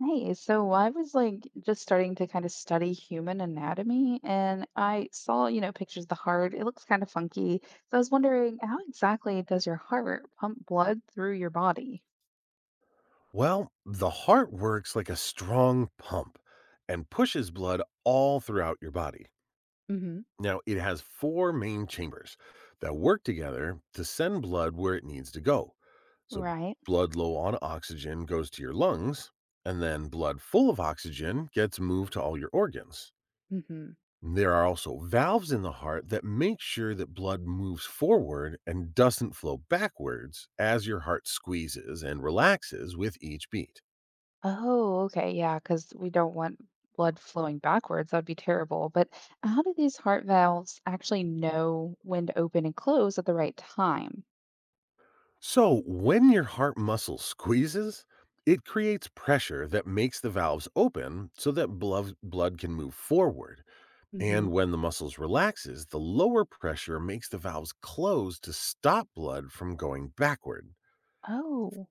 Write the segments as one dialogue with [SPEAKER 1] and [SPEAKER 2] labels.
[SPEAKER 1] Hey, so I was like just starting to kind of study human anatomy and I saw, pictures of the heart. It looks kind of funky. So I was wondering, how exactly does your heart pump blood through your body?
[SPEAKER 2] Well, the heart works like a strong pump and pushes blood all throughout your body.
[SPEAKER 1] Hmm.
[SPEAKER 2] Now, it has four main chambers that work together to send blood where it needs to go. So,
[SPEAKER 1] Right.
[SPEAKER 2] blood low on oxygen goes to your lungs, and then blood full of oxygen gets moved to all your organs.
[SPEAKER 1] Hmm.
[SPEAKER 2] There are also valves in the heart that make sure that blood moves forward and doesn't flow backwards as your heart squeezes and relaxes with each beat.
[SPEAKER 1] Oh, okay. Yeah, because we don't want blood flowing backwards. That'd be terrible. But how do these heart valves actually know when to open and close at the right time?
[SPEAKER 2] So, when your heart muscle squeezes, it creates pressure that makes the valves open so that blood can move forward.
[SPEAKER 1] Hmm.
[SPEAKER 2] And when the muscles relaxes, the lower pressure makes the valves close to stop blood from going backward.
[SPEAKER 1] Oh.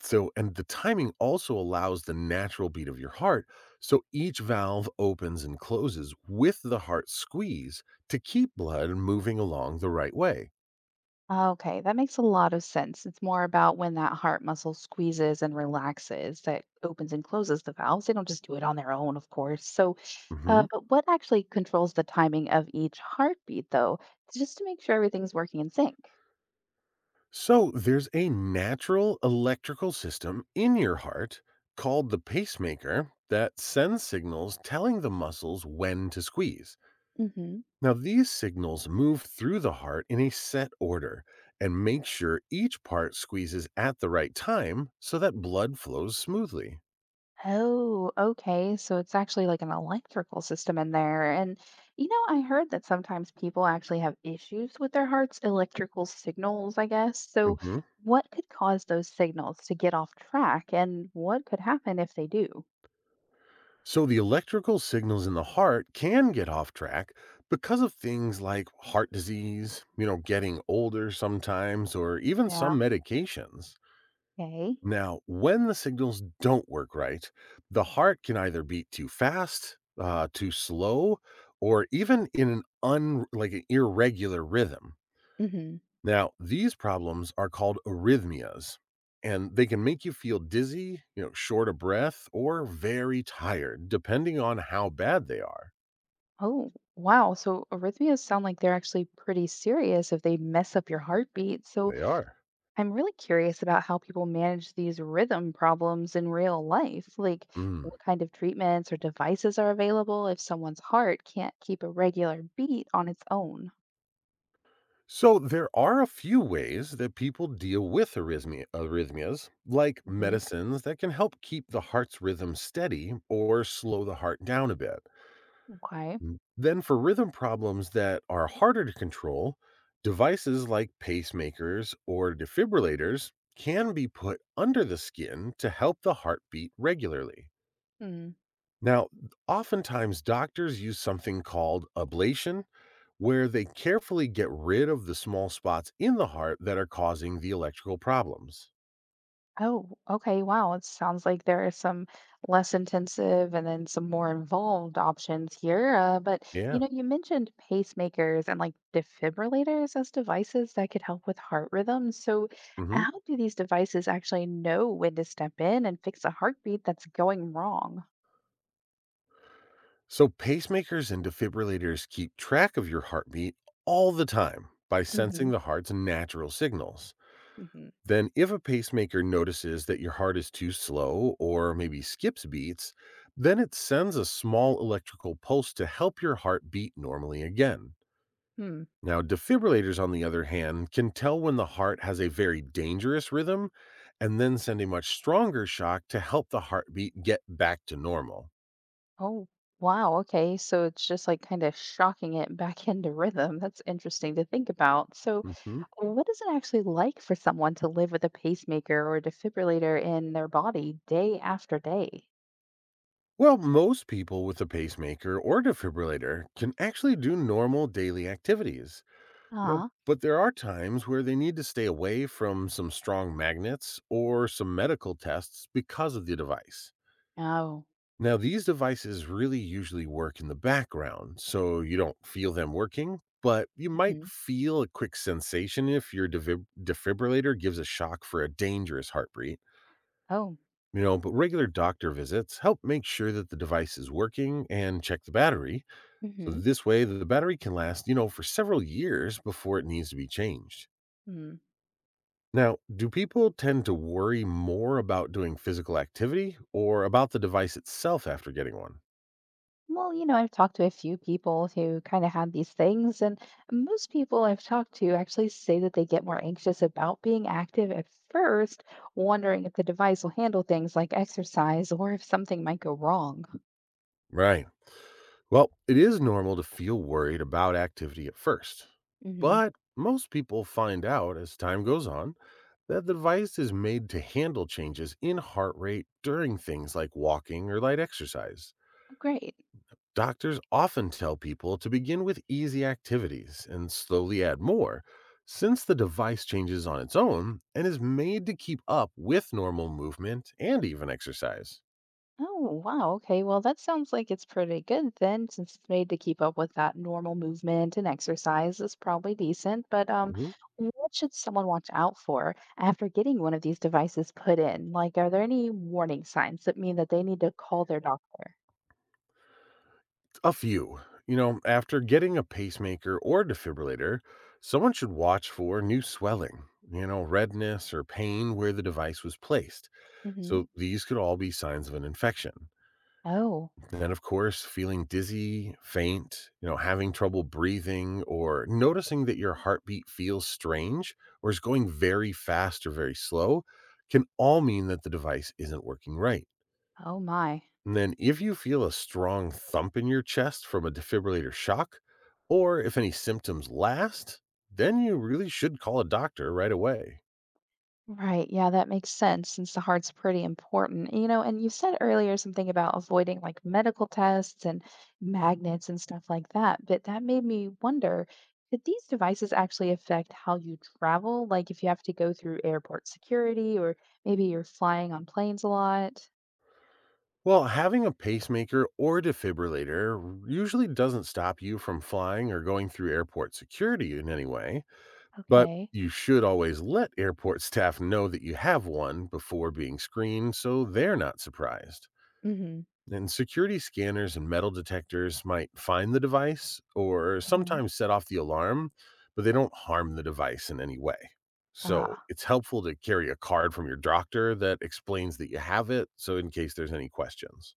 [SPEAKER 2] So and the timing also allows the natural beat of your heart, so each valve opens and closes with the heart squeeze to keep blood moving along the right way.
[SPEAKER 1] Ah, okay, that makes a lot of sense. It's more about when that heart muscle squeezes and relaxes that opens and closes the valves. They don't just do it on their own, of course. So,
[SPEAKER 2] Mhm.
[SPEAKER 1] but what actually controls the timing of each heartbeat, though, just to make sure everything's working in sync?
[SPEAKER 2] So there's a natural electrical system in your heart called the pacemaker that sends signals telling the muscles when to squeeze.
[SPEAKER 1] Hmm.
[SPEAKER 2] Now, these signals move through the heart in a set order and make sure each part squeezes at the right time so that blood flows smoothly.
[SPEAKER 1] Oh, okay. So it's actually like an electrical system in there. And I heard that sometimes people actually have issues with their heart's electrical signals, I guess. So
[SPEAKER 2] Mhm.
[SPEAKER 1] what could cause those signals to get off track and what could happen if they do?
[SPEAKER 2] So, the electrical signals in the heart can get off track because of things like heart disease, you know, getting older sometimes, or even
[SPEAKER 1] Yeah.
[SPEAKER 2] some medications.
[SPEAKER 1] Okay.
[SPEAKER 2] Now, when the signals don't work right, the heart can either beat too fast, too slow, or even in an un like an irregular rhythm.
[SPEAKER 1] Hmm.
[SPEAKER 2] Now, these problems are called arrhythmias, and they can make you feel dizzy, you know, short of breath, or very tired, depending on how bad they are.
[SPEAKER 1] Oh, wow. So arrhythmias sound like they're actually pretty serious if they mess up your heartbeat. So
[SPEAKER 2] They are.
[SPEAKER 1] I'm really curious about how people manage these rhythm problems in real life. Like,
[SPEAKER 2] Mm.
[SPEAKER 1] what kind of treatments or devices are available if someone's heart can't keep a regular beat on its own?
[SPEAKER 2] So there are a few ways that people deal with arrhythmias, like
[SPEAKER 1] Hmm.
[SPEAKER 2] medicines that can help keep the heart's rhythm steady or slow the heart down a bit.
[SPEAKER 1] Okay.
[SPEAKER 2] Mm, then for rhythm problems that are harder to control, devices like pacemakers or defibrillators can be put under the skin to help the heart beat regularly. Now, oftentimes doctors use something called ablation where they carefully get rid of the small spots in the heart that are causing the electrical problems.
[SPEAKER 1] Oh, okay. Wow. It sounds like there are some less intensive and then some more involved options here. But
[SPEAKER 2] Yeah.
[SPEAKER 1] you mentioned pacemakers and like defibrillators as devices that could help with heart rhythm. So,
[SPEAKER 2] Hmm.
[SPEAKER 1] how do these devices actually know when to step in and fix a heartbeat that's going wrong?
[SPEAKER 2] So pacemakers and defibrillators keep track of your heartbeat all the time by sensing
[SPEAKER 1] Hmm.
[SPEAKER 2] the heart's natural signals.
[SPEAKER 1] Hmm.
[SPEAKER 2] Then, if a pacemaker notices that your heart is too slow or maybe skips beats, then it sends a small electrical pulse to help your heart beat normally again.
[SPEAKER 1] Hmm.
[SPEAKER 2] Now, defibrillators, on the other hand, can tell when the heart has a very dangerous rhythm and then send a much stronger shock to help the heartbeat get back to normal.
[SPEAKER 1] Oh, wow. Okay. So it's just like kind of shocking it back into rhythm. That's interesting to think about. So,
[SPEAKER 2] Mhm.
[SPEAKER 1] what is it actually like for someone to live with a pacemaker or defibrillator in their body day after day?
[SPEAKER 2] Well, most people with a pacemaker or defibrillator can actually do normal daily activities, you know,
[SPEAKER 1] uh
[SPEAKER 2] but there are times where they need to stay away from some strong magnets or some medical tests because of the device.
[SPEAKER 1] Oh.
[SPEAKER 2] Now, these devices really usually work in the background, so you don't feel them working, but you might
[SPEAKER 1] Hmm.
[SPEAKER 2] feel a quick sensation if your defibrillator gives a shock for a dangerous heartbeat.
[SPEAKER 1] Oh.
[SPEAKER 2] You know, but regular doctor visits help make sure that the device is working and check the battery. So
[SPEAKER 1] Hmm.
[SPEAKER 2] this way, the battery can last, you know, for several years before it needs to be changed.
[SPEAKER 1] Mm.
[SPEAKER 2] Now, do people tend to worry more about doing physical activity or about the device itself after getting one?
[SPEAKER 1] Well, I've talked to a few people who kind of had these things, and most people I've talked to actually say that they get more anxious about being active at first, wondering if the device will handle things like exercise or if something might go wrong.
[SPEAKER 2] Right. Well, it is normal to feel worried about activity at first,
[SPEAKER 1] Hmm.
[SPEAKER 2] but most people find out as time goes on that the device is made to handle changes in heart rate during things like walking or light exercise.
[SPEAKER 1] Great.
[SPEAKER 2] Doctors often tell people to begin with easy activities and slowly add more, since the device changes on its own and is made to keep up with normal movement and even exercise.
[SPEAKER 1] Oh, wow. Okay. Well, that sounds like it's pretty good then, since it's made to keep up with that normal movement and exercise is probably decent. But what should someone watch out for after getting one of these devices put in? Like, are there any warning signs that mean that they need to call their doctor?
[SPEAKER 2] A few. You know, after getting a pacemaker or defibrillator, someone should watch for new swelling, you know, redness or pain where the device was placed.
[SPEAKER 1] Hmm.
[SPEAKER 2] So these could all be signs of an infection.
[SPEAKER 1] Oh,
[SPEAKER 2] Then, of course, feeling dizzy, faint, you know, having trouble breathing, or noticing that your heartbeat feels strange or is going very fast or very slow can all mean that the device isn't working right.
[SPEAKER 1] oh my.
[SPEAKER 2] And then, if you feel a strong thump in your chest from a defibrillator shock, or if any symptoms last, then you really should call a doctor right away.
[SPEAKER 1] Right. Yeah, that makes sense since the heart's pretty important. And you said earlier something about avoiding like medical tests and magnets and stuff like that, but that made me wonder, could these devices actually affect how you travel? Like if you have to go through airport security or maybe you're flying on planes a lot?
[SPEAKER 2] Well, having a pacemaker or defibrillator usually doesn't stop you from flying or going through airport security in any way, but
[SPEAKER 1] Okay.
[SPEAKER 2] you should always let airport staff know that you have one before being screened so they're not surprised.
[SPEAKER 1] Mm-hmm.
[SPEAKER 2] And security scanners and metal detectors might find the device or
[SPEAKER 1] Hmm. Mhm.
[SPEAKER 2] sometimes set off the alarm, but they don't harm the device in any way. So
[SPEAKER 1] Ah,
[SPEAKER 2] it's helpful to carry a card from your doctor that explains that you have it. So, in case there's any questions.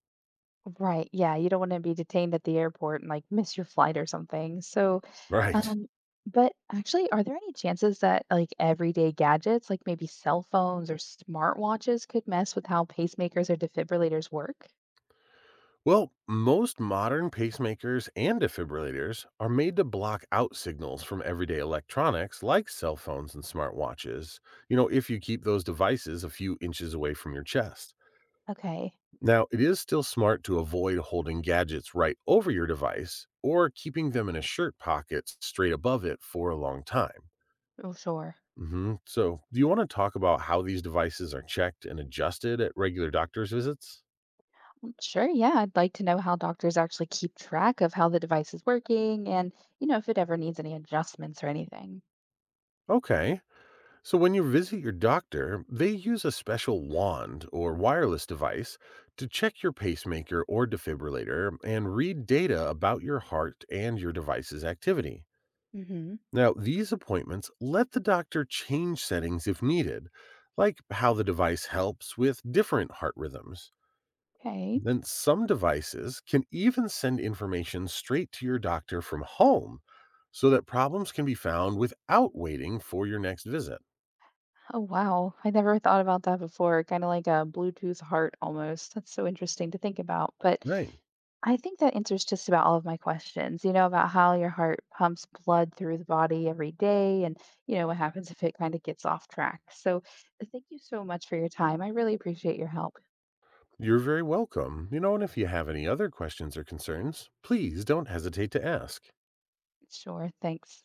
[SPEAKER 1] right. Yeah, you don't want to be detained at the airport and like miss your flight or something. So,
[SPEAKER 2] Right.
[SPEAKER 1] Um, but actually, are there any chances that like everyday gadgets, like maybe cell phones or smartwatches, could mess with how pacemakers or defibrillators work?
[SPEAKER 2] Well, most modern pacemakers and defibrillators are made to block out signals from everyday electronics like cell phones and smartwatches, you know, if you keep those devices a few inches away from your chest.
[SPEAKER 1] Okay.
[SPEAKER 2] Now, it is still smart to avoid holding gadgets right over your device or keeping them in a shirt pocket straight above it for a long time.
[SPEAKER 1] Oh, sure.
[SPEAKER 2] Hmm. So, do you want to talk about how these devices are checked and adjusted at regular doctor's visits?
[SPEAKER 1] Mm, sure, yeah. I'd like to know how doctors actually keep track of how the device is working and, if it ever needs any adjustments or anything.
[SPEAKER 2] Okay. So, when you visit your doctor, they use a special wand or wireless device to check your pacemaker or defibrillator and read data about your heart and your device's activity.
[SPEAKER 1] Hmm.
[SPEAKER 2] Now, these appointments let the doctor change settings if needed, like how the device helps with different heart rhythms.
[SPEAKER 1] Okay.
[SPEAKER 2] Then, some devices can even send information straight to your doctor from home so that problems can be found without waiting for your next visit.
[SPEAKER 1] Oh wow, I never thought about that before. Kind of like a Bluetooth heart almost. That's so interesting to think about. But
[SPEAKER 2] Right.
[SPEAKER 1] I think that answers just about all of my questions, about how your heart pumps blood through the body every day and, what happens if it kind of gets off track. So thank you so much for your time. I really appreciate your help.
[SPEAKER 2] You're very welcome. You know, and if you have any other questions or concerns, please don't hesitate to ask.
[SPEAKER 1] Sure, thanks.